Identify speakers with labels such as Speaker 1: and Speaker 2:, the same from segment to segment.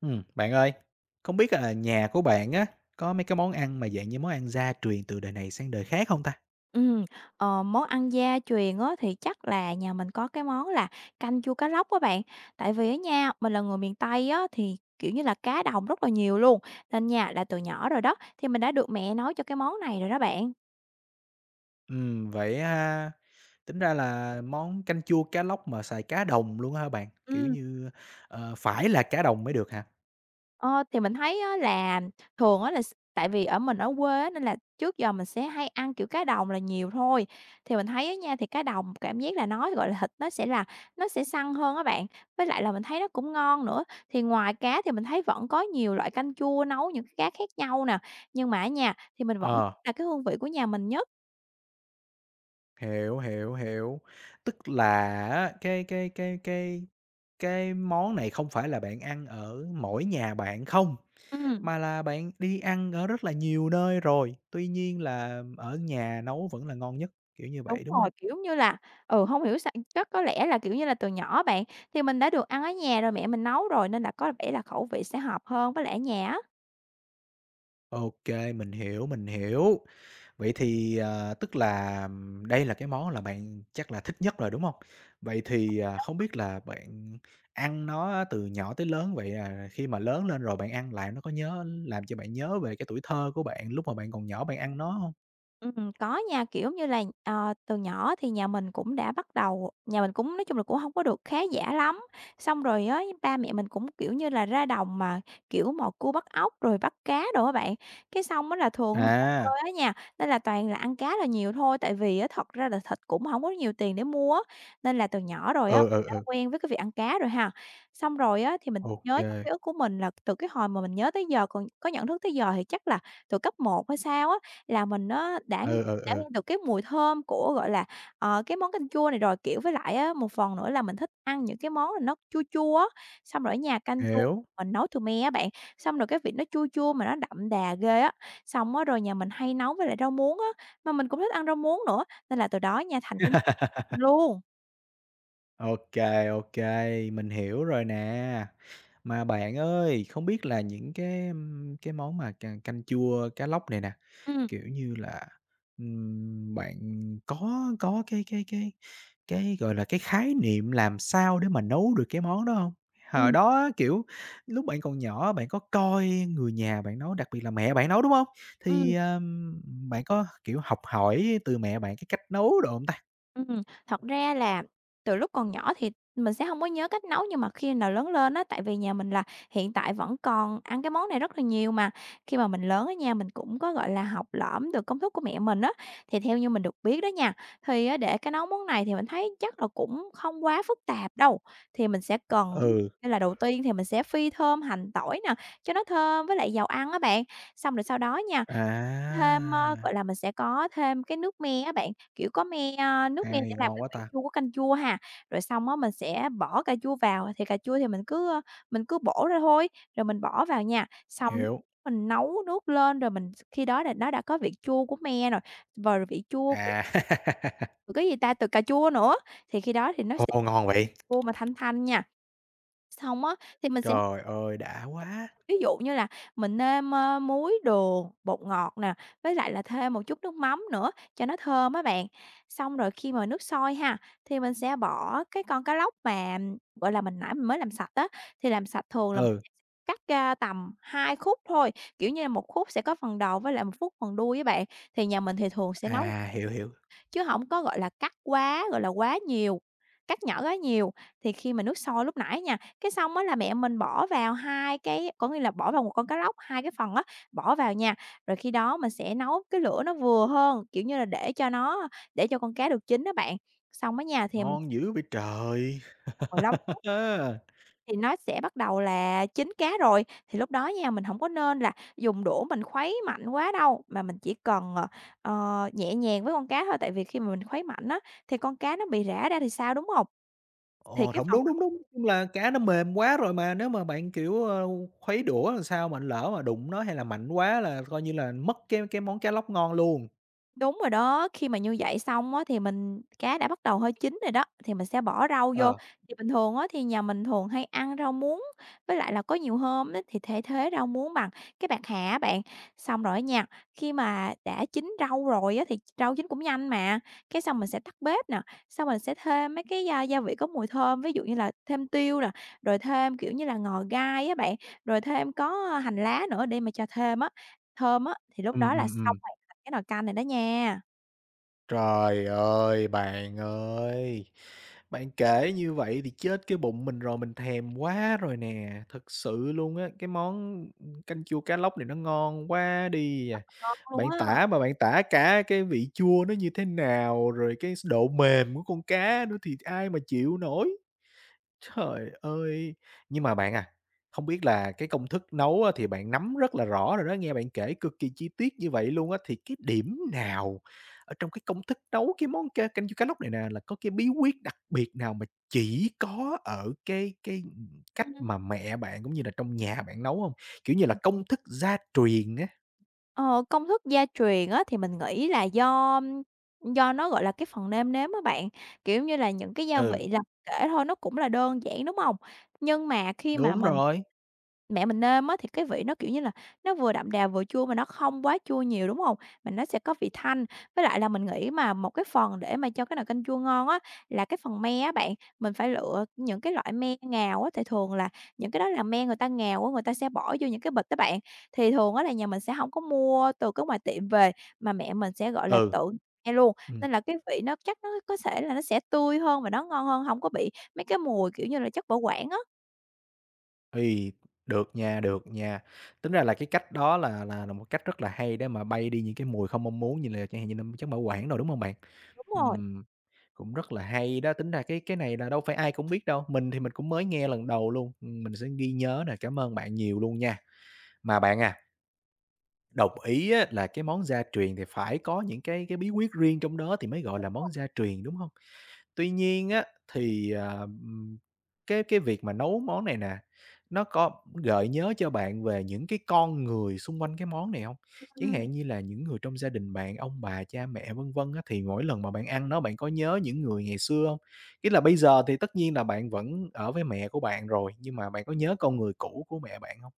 Speaker 1: Bạn ơi, không biết là nhà của bạn á, có mấy cái món ăn mà dạng như món ăn gia truyền từ đời này sang đời khác không ta?
Speaker 2: Ừm, Món ăn gia truyền á thì chắc là nhà mình có cái món là canh chua cá lóc các bạn. Tại vì á nha, mình là người miền Tây á thì, kiểu như là, cá đồng rất là nhiều luôn, nên nha là từ nhỏ rồi đó, thì mình đã được mẹ nấu cho cái món này rồi đó bạn.
Speaker 1: Vậy ha, tính ra là món canh chua cá lóc mà xài cá đồng luôn á hả bạn? Kiểu
Speaker 2: Ừm.
Speaker 1: như, ờ, phải là cá đồng mới được hả?
Speaker 2: Ờ, thì mình thấy á là thường á là tại vì ở mình ở quê á, nên là trước giờ mình sẽ hay ăn, kiểu, cá đồng là nhiều thôi. Thì mình thấy á nha, thì cá đồng cảm giác là nó, gọi là, thịt nó sẽ là nó sẽ săn hơn á bạn, với lại là mình thấy nó cũng ngon nữa. Thì ngoài cá thì mình thấy vẫn có nhiều loại canh chua nấu những cái cá khác nhau nè, nhưng mà á nha, thì mình vẫn thích
Speaker 1: Ờ,
Speaker 2: là cái hương vị của nhà mình nhất.
Speaker 1: hiểu, hiểu, hiểu. Tức là á, cái món này không phải là bạn ăn ở mỗi nhà bạn không?
Speaker 2: Ừm.
Speaker 1: Mà là bạn đi ăn ở rất là nhiều nơi rồi, tuy nhiên là ở nhà nấu vẫn là ngon nhất, kiểu như
Speaker 2: Đúng
Speaker 1: vậy, đúng hông?
Speaker 2: rồi, kiểu như là, ừ, hông hiểu sao chắc có lẽ là, kiểu như là, từ nhỏ bạn, thì mình đã được ăn ở nhà rồi, mẹ mình nấu rồi nên là có vẻ là khẩu vị sẽ hợp hơn với lại ở nhà á.
Speaker 1: OK, mình hiểu, mình hiểu. Vậy thì, ờ, tức là đây là cái món là bạn chắc là thích nhất rồi, đúng hông? Vậy thì, à, không biết là bạn ăn nó á từ nhỏ tới lớn vậy, à, khi mà lớn lên rồi bạn ăn lại nó có nhớ làm cho bạn nhớ về cái tuổi thơ của bạn lúc mà bạn còn nhỏ bạn ăn nó hông?
Speaker 2: Có nha, kiểu như là, từ nhỏ thì nhà mình cũng nói chung là cũng không có được khá giả lắm, xong rồi á, ba mẹ mình cũng, kiểu như là, ra đồng mà, kiểu, mò cua bắt ốc rồi bắt cá đồ á bạn. Cái xong á là thường mình không bơi
Speaker 1: À,
Speaker 2: á nha, nên là toàn là ăn cá là nhiều thôi, tại vì á thật ra là thịt cũng không có nhiều tiền để mua á, nên là từ nhỏ rồi á,
Speaker 1: ừ,
Speaker 2: mình
Speaker 1: ừ,
Speaker 2: đã
Speaker 1: ừ,
Speaker 2: quen với cái việc ăn cá rồi ha. Xong rồi á, thì mình
Speaker 1: ô
Speaker 2: nhớ
Speaker 1: kê,
Speaker 2: trong ký ức của mình là từ cái hồi mà mình nhớ tới giờ, còn có nhận thức tới giờ thì chắc là từ cấp một hay sao á, là mình nó
Speaker 1: ừ, ừ,
Speaker 2: đã nghe
Speaker 1: ừ,
Speaker 2: được cái mùi thơm của, gọi là, ờ, cái món canh chua này rồi, kiểu, với lại á, một phần nữa là mình thích ăn những cái món là nó chua chua á, xong rồi ở nhà canh chua
Speaker 1: hiểu.
Speaker 2: mình nấu từ me á bạn, xong rồi cái vị nó chua chua mà nó đậm đà ghê á. Xong á rồi nhà mình hay nấu với lại rau muống á, mà mình cũng thích ăn rau muống nữa, nên là từ đó nha thành cái món luôn.
Speaker 1: OK, OK, mình hiểu rồi nè. Mà bạn ơi, không biết là những cái, cái món mà canh canh chua cá lóc này nè,
Speaker 2: Ừm,
Speaker 1: kiểu như là, bạn có cái, gọi là, cái khái niệm làm sao để mà nấu được cái món đó không? Hồi
Speaker 2: ừm,
Speaker 1: đó kiểu, lúc bạn còn nhỏ bạn có coi người nhà bạn nấu, đặc biệt là mẹ bạn nấu, đúng không?
Speaker 2: ừm.
Speaker 1: Thì, bạn có, kiểu, học hỏi từ mẹ bạn cái cách nấu đồ không ta?
Speaker 2: Ừm, Thật ra là từ lúc còn nhỏ thì mình sẽ hông có nhớ cách nấu, nhưng mà khi nào lớn lên á, tại vì nhà mình là hiện tại vẫn còn ăn cái món này rất là nhiều mà. Khi mà mình lớn á nha, mình cũng có, gọi là, học lỏm được công thức của mẹ mình á, thì theo như mình được biết đó nha, thì á để cái nấu món này thì mình thấy chắc là cũng không quá phức tạp đâu. Thì mình sẽ cần
Speaker 1: Ừ.
Speaker 2: Nên là đầu tiên thì mình sẽ phi thơm hành tỏi nè, cho nó thơm với lại dầu ăn á bạn. Xong rồi sau đó nha thêm, gọi
Speaker 1: À.
Speaker 2: là, mình sẽ có thêm cái nước me á bạn, kiểu, có nước me để
Speaker 1: Hay,
Speaker 2: làm
Speaker 1: ngon
Speaker 2: cái
Speaker 1: quá
Speaker 2: vị
Speaker 1: ta,
Speaker 2: chua của canh chua ha. Rồi xong á mình sẽ bỏ cà chua vào, thì cà chua thì mình cứ, mình cứ bổ ra thôi, rồi mình bỏ vào nha. Xong
Speaker 1: hiểu.
Speaker 2: mình nấu nước lên rồi mình khi đó là nó đã có vị chua của me rồi, và vị chua của
Speaker 1: À.
Speaker 2: từ cái gì ta, từ cà chua nữa, thì khi đó thì nó sẽ
Speaker 1: Ồ, ngon vậy!
Speaker 2: chua mà thanh thanh nha. Xong á, thì mình sẽ
Speaker 1: Trời ơi, đã quá!
Speaker 2: ví dụ như là mình nêm, muối, đường, bột ngọt nè, với lại là thêm một chút nước mắm nữa cho nó thơm á bạn. Xong rồi khi mà nước sôi ha, thì mình sẽ bỏ cái con cá lóc mà, gọi là, mình nãy mình mới làm sạch á, thì làm sạch thường là mình
Speaker 1: Ừ,
Speaker 2: cắt ra tầm 2 khúc thôi, kiểu như là, một khúc sẽ có phần đầu với lại một khúc phần đuôi với bạn. Thì nhà mình thì thường sẽ nấu
Speaker 1: à, hiểu, hiểu,
Speaker 2: chứ không có, gọi là, quá nhiều, cắt nhỏ quá nhiều. Thì khi mà nước sôi lúc nãy nha, cái xong á là mẹ mình bỏ vào 2 cái có nghĩa là bỏ vào một con cá lóc, 2 cái phần á, bỏ vào nha, rồi khi đó mình sẽ nấu cái lửa nó vừa hơn, kiểu như là, để cho con cá được chín đó bạn. Xong á nha thì mình
Speaker 1: ngon
Speaker 2: s
Speaker 1: dữ vậy trời!
Speaker 2: 15 thì nó sẽ bắt đầu là chín cá rồi, thì lúc đó nha, mình không có nên là dùng đũa mình khuấy mạnh quá đâu, mà mình chỉ cần, nhẹ nhàng với con cá thôi, tại vì khi mà mình khuấy mạnh á, thì con cá nó bị rã ra thì sao, đúng không? Thì
Speaker 1: Ồ,
Speaker 2: cái
Speaker 1: hổng,
Speaker 2: phần
Speaker 1: đúng, đúng, đúng, chung là cá nó mềm quá rồi mà nếu mà bạn, kiểu, ờ, khuấy đũa làm sao mà lỡ mà đụng nó hay là mạnh quá là coi như là mất cái món cá lóc ngon luôn.
Speaker 2: Đúng rồi đó, khi mà như vậy xong á, thì mình cá đã bắt đầu hơi chín rồi đó, thì mình sẽ bỏ rau vô.
Speaker 1: Ờ.
Speaker 2: Thì bình thường á, thì nhà mình thường hay ăn rau muống, với lại là có nhiều hôm á, thì thay thế rau muống bằng cái bạc hà á bạn. Xong rồi á nha, khi mà đã chín rau rồi á, thì rau chín cũng nhanh mà, cái xong mình sẽ tắt bếp nè, xong mình sẽ thêm mấy cái gia gia vị có mùi thơm, ví dụ như là thêm tiêu nè, rồi thêm, kiểu như là, ngò gai á bạn, rồi thêm có hành lá nữa để mà cho thơm á, thì lúc
Speaker 1: Ừ,
Speaker 2: đó
Speaker 1: ừ,
Speaker 2: là xong
Speaker 1: ừm.
Speaker 2: cái nồi canh này đó nha,
Speaker 1: Trời ơi! Bạn kể như vậy thì chết cái bụng mình rồi, mình thèm quá rồi nè, thật sự luôn á, cái món, canh chua cá lóc này nó ngon quá đi à.
Speaker 2: luôn
Speaker 1: Bạn
Speaker 2: á.
Speaker 1: tả mà bạn tả cả cái vị chua nó như thế nào, rồi cái độ mềm của con cá nữa thì ai mà chịu nổi. Trời ơi! Nhưng mà bạn à, không biết là cái công thức nấu á thì bạn nắm rất là rõ rồi đó, nghe bạn kể cực kỳ chi tiết như vậy luôn á, thì cái điểm nào ở trong cái công thức nấu cái món ca canh chua cá lóc này nè là có cái bí quyết đặc biệt nào mà chỉ có ở cái, cách
Speaker 2: Ừm,
Speaker 1: mà mẹ bạn cũng như là trong nhà bạn nấu hông? Kiểu như là công thức gia truyền á.
Speaker 2: ờ, Công thức gia truyền á thì mình nghĩ là do nó, gọi là, cái phần nêm nếm á bạn, kiểu như là, những cái gia
Speaker 1: Ừ,
Speaker 2: vị làm kể thôi nó cũng là đơn giản, đúng hông? Nhưng mà khi mà
Speaker 1: đúng
Speaker 2: mình
Speaker 1: rồi,
Speaker 2: Mẹ mình nêm á thì cái vị nó, kiểu như là, nó vừa đậm đà vừa chua mà nó không quá chua nhiều, đúng không? Mà nó sẽ có vị thanh. Với lại là mình nghĩ mà một cái phần để mà cho cái nồi canh chua ngon á, là cái phần me á bạn, mình phải lựa những cái loại me ngào á, thì thường là những cái đó là me người ta ngào á, người ta sẽ bỏ vô những cái bịch á bạn. Thì thường á là nhà mình sẽ không có mua từ cái ngoài tiệm về, mà mẹ mình sẽ, gọi là,
Speaker 1: ừ,
Speaker 2: tự me luôn,
Speaker 1: ừm.
Speaker 2: nên là cái vị nó chắc nó có thể là nó sẽ tươi hơn và nó ngon hơn, không có bị mấy cái mùi, kiểu như là, chất bảo quản á.
Speaker 1: Ây, được nha, được nha. Tính ra là cái cách đó là một cách rất là hay để mà bay đi những cái mùi không mong muốn như là chẳng hạn như là chất bảo quản đồ, đúng hông bạn?
Speaker 2: Đúng rồi,
Speaker 1: Ừm, cũng rất là hay đó, tính ra cái này là đâu phải ai cũng biết đâu, mình thì mình cũng mới nghe lần đầu luôn, mình sẽ ghi nhớ nè, cảm ơn bạn nhiều luôn nha. Mà bạn à, đồng ý á là cái món gia truyền thì phải có những cái bí quyết riêng trong đó thì mới gọi là món gia truyền, đúng hông? Tuy nhiên á, thì, à, cái việc mà nấu món này nè, nó có gợi nhớ cho bạn về những cái con người xung quanh cái món này không? Chẳng
Speaker 2: ừm.
Speaker 1: hạn như là những người trong gia đình bạn, ông bà, cha mẹ, vân vân á, thì mỗi lần mà bạn ăn nó bạn có nhớ những người ngày xưa không? Ý là bây giờ thì tất nhiên là bạn vẫn ở với mẹ của bạn rồi, nhưng mà bạn có nhớ con người cũ của mẹ bạn không?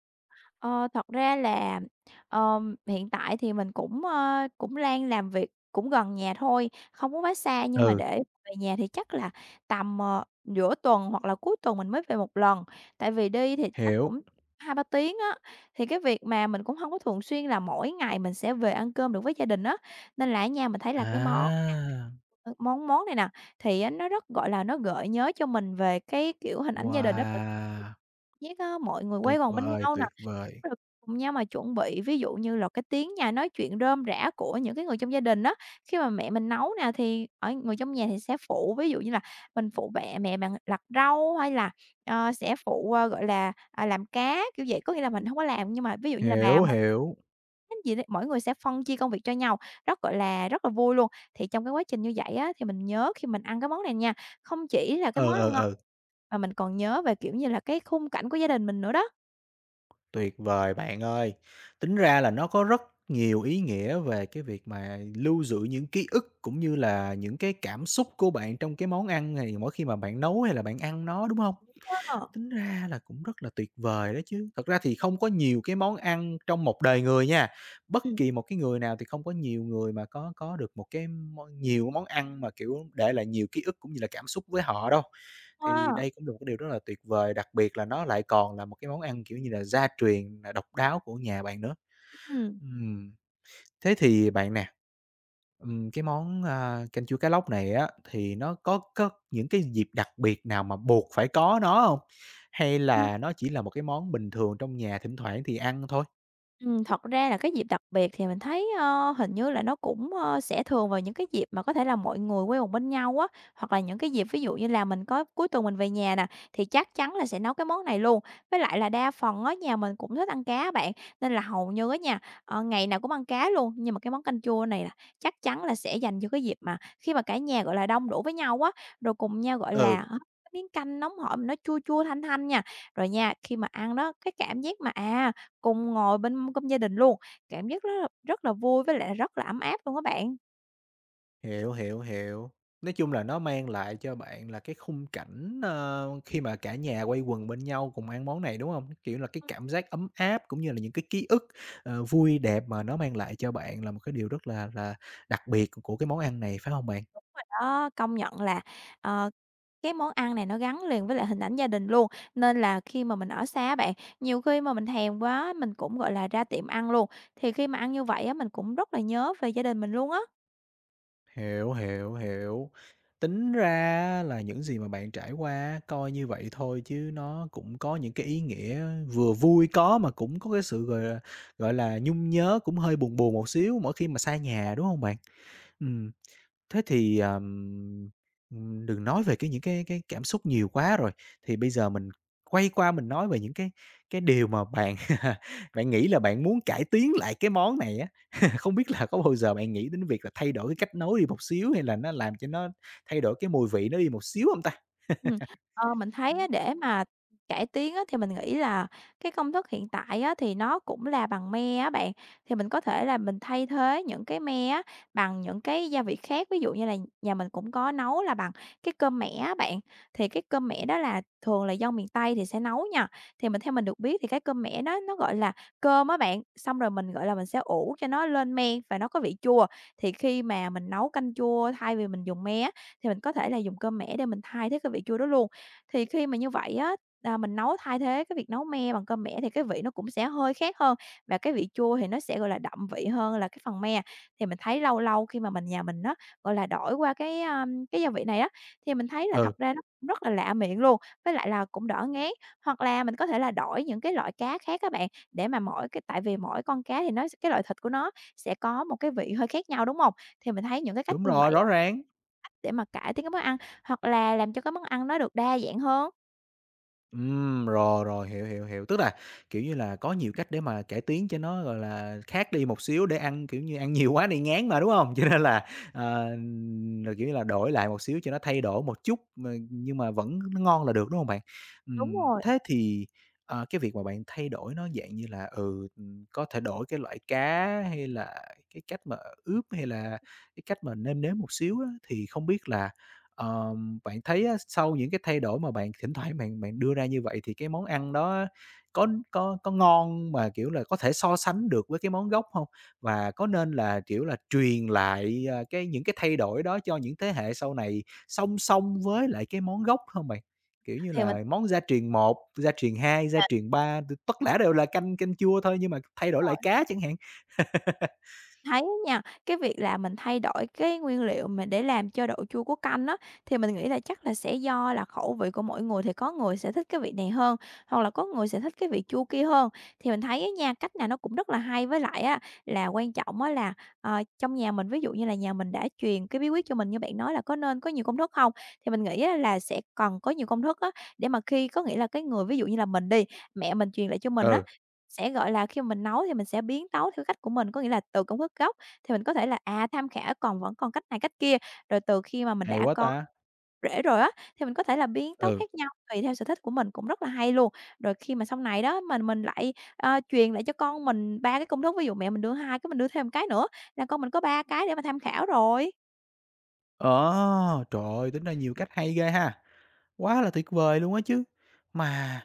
Speaker 2: Ờ, Thật ra là, hiện tại thì mình cũng, cũng đang làm việc cũng gần nhà thôi, không có quá xa, nhưng mà
Speaker 1: Ừ,
Speaker 2: để về nhà thì chắc là tầm, giữa tuần hoặc là cuối tuần mình mới về một lần. Tại vì đi thì chắc
Speaker 1: hiểu.
Speaker 2: cũng hai ba tiếng á, thì cái việc mà mình cũng không có thường xuyên là mỗi ngày mình sẽ về ăn cơm được với gia đình á, nên là á nha, mình thấy là cái món
Speaker 1: À!
Speaker 2: ờ, món món này nè, thì á nó rất, gọi là, nó gợi nhớ cho mình về cái, kiểu, hình ảnh gia đình đó
Speaker 1: Wow!
Speaker 2: giác á, mọi người quây
Speaker 1: Tuyệt
Speaker 2: quần bên
Speaker 1: vời,
Speaker 2: nhau nè,
Speaker 1: tuyệt vời!
Speaker 2: rồi cùng nhau mà chuẩn bị, ví dụ như là cái tiếng nhà nói chuyện rôm rả của những cái người trong gia đình á. Khi mà mẹ mình nấu nè thì ở người trong nhà thì sẽ phụ, ví dụ như là mình phụ bẹ mẹ bằng lặt rau hay là, sẽ phụ, gọi là, làm cá, kiểu vậy. Có nghĩa là mình không có làm, nhưng mà ví dụ như là bà
Speaker 1: Hiểu, hiểu.
Speaker 2: hén gì đấy, mỗi người sẽ phân chia công việc cho nhau, rất, gọi là, rất là vui luôn. Thì trong cái quá trình như vậy á, thì mình nhớ khi mình ăn cái món này nha, không chỉ là cái món
Speaker 1: Ừ, ừ,
Speaker 2: ăn ngon,
Speaker 1: ừ.
Speaker 2: mà mình còn nhớ về, kiểu như là, cái khung cảnh của gia đình mình nữa đó.
Speaker 1: Tuyệt vời bạn ơi. Tính ra là nó có rất nhiều ý nghĩa về cái việc mà lưu giữ những ký ức cũng như là những cái cảm xúc của bạn trong cái món ăn này mỗi khi mà bạn nấu hay là bạn ăn nó, đúng không?
Speaker 2: Ờ.
Speaker 1: Tính ra là cũng rất là tuyệt vời đó chứ. Thật ra thì không có nhiều cái món ăn trong một đời người nha. Bất
Speaker 2: Ừm.
Speaker 1: kỳ một cái người nào thì không có nhiều người mà có được một cái món nhiều món ăn mà, kiểu, để lại nhiều ký ức cũng như là cảm xúc với họ đâu. Thì
Speaker 2: Wow,
Speaker 1: đây cũng là một cái điều rất là tuyệt vời, đặc biệt là nó lại còn là một cái món ăn, kiểu như là, gia truyền, là độc đáo của nhà bạn nữa.
Speaker 2: ừm.
Speaker 1: Ừm, thế thì bạn nè, cái món, a, canh chua cá lóc này á, thì nó có những cái dịp đặc biệt nào mà buộc phải có nó không? Hay
Speaker 2: Ừm.
Speaker 1: là nó chỉ là một cái món bình thường trong nhà thỉnh thoảng thì ăn thôi?
Speaker 2: Thật ra là cái dịp đặc biệt thì mình thấy, hình như là nó cũng, sẽ thường vào những cái dịp mà có thể là mọi người quây quần bên nhau á, hoặc là những cái dịp ví dụ như là mình có cuối tuần mình về nhà nè, thì chắc chắn là sẽ nấu cái món này luôn. Với lại là đa phần ở nhà mình cũng thích ăn cá á bạn, nên là hầu như á nha, ngày nào cũng ăn cá luôn. Nhưng mà cái món canh chua này là chắc chắn là sẽ dành cho cái dịp mà khi mà cả nhà, gọi là, đông đủ với nhau á, rồi cùng nhau, gọi là,
Speaker 1: Ừ.
Speaker 2: hấp cái miếng canh nóng hổi mà nó chua chua, thanh thanh nha. Rồi nha, khi mà ăn đó, cái cảm giác mà, cùng ngồi bên mâm cơm gia đình luôn, cảm giác rất là vui với lại rất là ấm áp luôn á bạn.
Speaker 1: Hiểu, hiểu, hiểu. Nói chung là nó mang lại cho bạn là cái khung cảnh, ờ, khi mà cả nhà quây quần bên nhau cùng ăn món này, đúng không? Kiểu là, cái cảm giác ấm áp cũng như là những cái ký ức, ờ, vui đẹp mà nó mang lại cho bạn là một cái điều rất là đặc biệt của cái món ăn này, phải không bạn?
Speaker 2: Đó, công nhận là, ờ, cái món ăn này nó gắn liền với lại hình ảnh gia đình luôn, nên là khi mà mình ở xa á bạn, nhiều khi mà mình thèm quá mình cũng, gọi là, ra tiệm ăn luôn, thì khi mà ăn như vậy á, mình cũng rất là nhớ về gia đình mình luôn á.
Speaker 1: Hiểu, hiểu, hiểu. Tính ra là những gì mà bạn trải qua coi như vậy thôi chứ nó cũng có những cái ý nghĩa vừa vui có mà cũng có cái sự, gọi là, nhung nhớ cũng hơi buồn buồn một xíu mỗi khi mà xa nhà, đúng không bạn? Ừm, thế thì, đừng nói về cái những cái cảm xúc nhiều quá rồi, thì bây giờ mình quay qua mình nói về những cái điều mà bạn bạn nghĩ là bạn muốn cải tiến lại cái món này á. Không biết là có bao giờ bạn nghĩ đến việc là thay đổi cái cách nấu đi một xíu hay là nó làm cho nó thay đổi cái mùi vị nó đi một xíu không ta?
Speaker 2: Ừm, mình thấy á, để mà cải tiến á, thì mình nghĩ là cái công thức hiện tại á, thì nó cũng là bằng me á bạn, thì mình có thể là mình thay thế những cái me á, bằng những cái gia vị khác. Ví dụ như là nhà mình cũng có nấu là bằng cái cơm mẻ á bạn, thì cái cơm mẻ đó là thường là dân miền Tây thì sẽ nấu nha. Thì mình theo mình được biết thì cái cơm mẻ đó nó gọi là cơm á bạn, xong rồi mình, gọi là, mình sẽ ủ cho nó lên men và nó có vị chua, thì khi mà mình nấu canh chua thay vì mình dùng me á thì mình có thể là dùng cơm mẻ để mình thay thế cái vị chua đó luôn. Thì khi mà như vậy á, mình nấu thay thế cái việc nấu me bằng cơm mẻ thì cái vị nó cũng sẽ hơi khác hơn và cái vị chua thì nó sẽ, gọi là, đậm vị hơn là cái phần me. Thì mình thấy lâu lâu khi mà nhà mình á, gọi là, đổi qua cái, cái gia vị này á, thì mình thấy là
Speaker 1: Ừ,
Speaker 2: thật ra nó cũng rất là lạ miệng luôn, với lại là cũng đỡ ngán. Hoặc là mình có thể là đổi những cái loại cá khác các bạn, để mà mỗi cái tại vì mỗi con cá thì nó cái loại thịt của nó sẽ có một cái vị hơi khác nhau, đúng không? Thì mình thấy những cái cách
Speaker 1: đúng
Speaker 2: như
Speaker 1: rồi,
Speaker 2: vậy
Speaker 1: rõ ràng.
Speaker 2: để mà cải tiến cái món ăn, hoặc là làm cho cái món ăn nó được đa dạng hơn.
Speaker 1: Rồi, rồi, hiểu, hiểu, hiểu. Tức là, kiểu như là, có nhiều cách để mà cải tiến cho nó, gọi là, khác đi một xíu để ăn, kiểu như, ăn nhiều quá đi ngán mà, đúng không? Cho nên là, ờ, là, kiểu như là, đổi lại một xíu cho nó thay đổi một chút mà nhưng mà vẫn nó ngon là được, đúng không bạn?
Speaker 2: Đúng rồi,
Speaker 1: Thế thì, ờ, cái việc mà bạn thay đổi nó dạng như là, ừ, có thể đổi cái loại cá hay là cái cách mà ướp hay là cái cách mà nêm nếm một xíu á, thì không biết là bạn thấy á, sau những cái thay đổi mà bạn thỉnh thoảng bạn bạn đưa ra như vậy thì cái món ăn đó á, có ngon mà, kiểu là, có thể so sánh được với cái món gốc hông? Và có nên là, kiểu là, truyền lại, à, cái những cái thay đổi đó cho những thế hệ sau này song song với lại cái món gốc hông bạn? Kiểu như
Speaker 2: thì mình
Speaker 1: là, món gia truyền một gia truyền 2 gia
Speaker 2: à.
Speaker 1: truyền 3 t tất cả đều là canh canh chua thôi nhưng mà thay đổi lại cá chẳng hạn.
Speaker 2: Thấy á nha, cái việc là mình thay đổi cái nguyên liệu mà để làm cho độ chua của canh á, thì mình nghĩ là chắc là sẽ do là khẩu vị của mỗi người, thì có người sẽ thích cái vị này hơn, hoặc là có người sẽ thích cái vị chua kia hơn. Thì mình thấy á nha, cách nào nó cũng rất là hay, với lại á là quan trọng á là, trong nhà mình, ví dụ như là nhà mình đã truyền cái bí quyết cho mình như bạn nói là có nên có nhiều công thức không? Thì mình nghĩ á là sẽ cần có nhiều công thức á, để mà khi có nghĩa là cái người ví dụ như là mình đi, mẹ mình truyền lại cho mình á,
Speaker 1: Ừ,
Speaker 2: sẽ, gọi là, khi mà mình nấu thì mình sẽ biến tấu theo cách của mình, có nghĩa là từ công thức gốc thì mình có thể là, tham khảo còn vẫn còn cách này cách kia, rồi từ khi mà mình
Speaker 1: hay
Speaker 2: đã
Speaker 1: quá
Speaker 2: có
Speaker 1: ta!
Speaker 2: rễ rồi á, thì mình có thể là biến tấu
Speaker 1: Ừ.
Speaker 2: khác nhau tùy theo sở thích của mình cũng rất là hay luôn. Rồi khi mà sau này đó mình lại, truyền lại cho con mình 3 cái công thức, ví dụ mẹ mình đưa 2 cái mình đưa thêm cái nữa là con mình có 3 cái để mà tham khảo rồi.
Speaker 1: Ờ, trời ơi, tính ra nhiều cách hay ghê ha. Quá là tuyệt vời luôn á chứ. Mà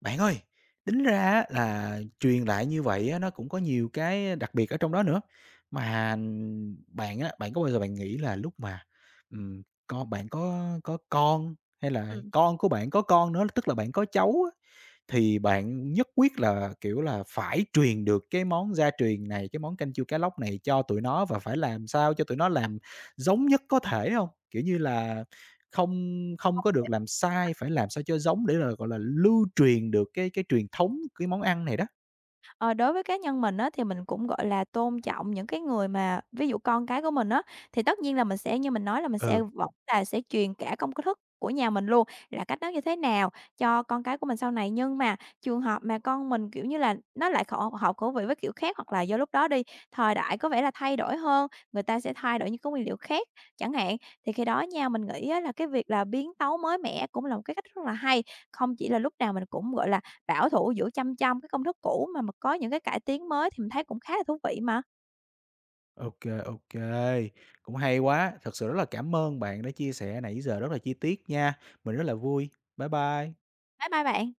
Speaker 1: bạn ơi, tính ra á là truyền lại như vậy á, nó cũng có nhiều cái đặc biệt ở trong đó nữa. Mà bạn á, bạn có bao giờ bạn nghĩ là lúc mà, con bạn có con hay là
Speaker 2: Ừm.
Speaker 1: con của bạn có con nữa, tức là bạn có cháu thì bạn nhất quyết là, kiểu là, phải truyền được cái món gia truyền này, cái món canh chua cá lóc này cho tụi nó và phải làm sao cho tụi nó làm giống nhất có thể không? Kiểu như là, không không có được làm sai, phải làm sao cho giống để là, gọi là, lưu truyền được cái truyền thống cái món ăn này đó.
Speaker 2: Ờ, đối với cá nhân mình á, thì mình cũng, gọi là, tôn trọng những cái người mà ví dụ con cái của mình á, thì tất nhiên là mình sẽ như mình nói là mình sẽ
Speaker 1: Ừ,
Speaker 2: vẫn là sẽ truyền cả công thức của nhà mình luôn, là cách nấu như thế nào cho con cái của mình sau này. Nhưng mà trường hợp mà con mình, kiểu như là, nó lại hợp khẩu vị với kiểu khác hoặc là do lúc đó đi, thời đại có vẻ là thay đổi hơn, người ta sẽ thay đổi những cái nguyên liệu khác chẳng hạn, thì khi đó nha, mình nghĩ á là cái việc là biến tấu mới mẻ cũng là một cái cách rất là hay. Không chỉ là lúc nào mình cũng, gọi là, bảo thủ, giữa chăm chăm cái công thức cũ mà có những cái cải tiến mới thì mình thấy cũng khá là thú vị mà.
Speaker 1: OK, OK, cũng hay quá. Thật sự rất là cảm ơn bạn đã chia sẻ nãy giờ rất là chi tiết nha. Mình rất là vui. Bye bye.
Speaker 2: Bye bye bạn.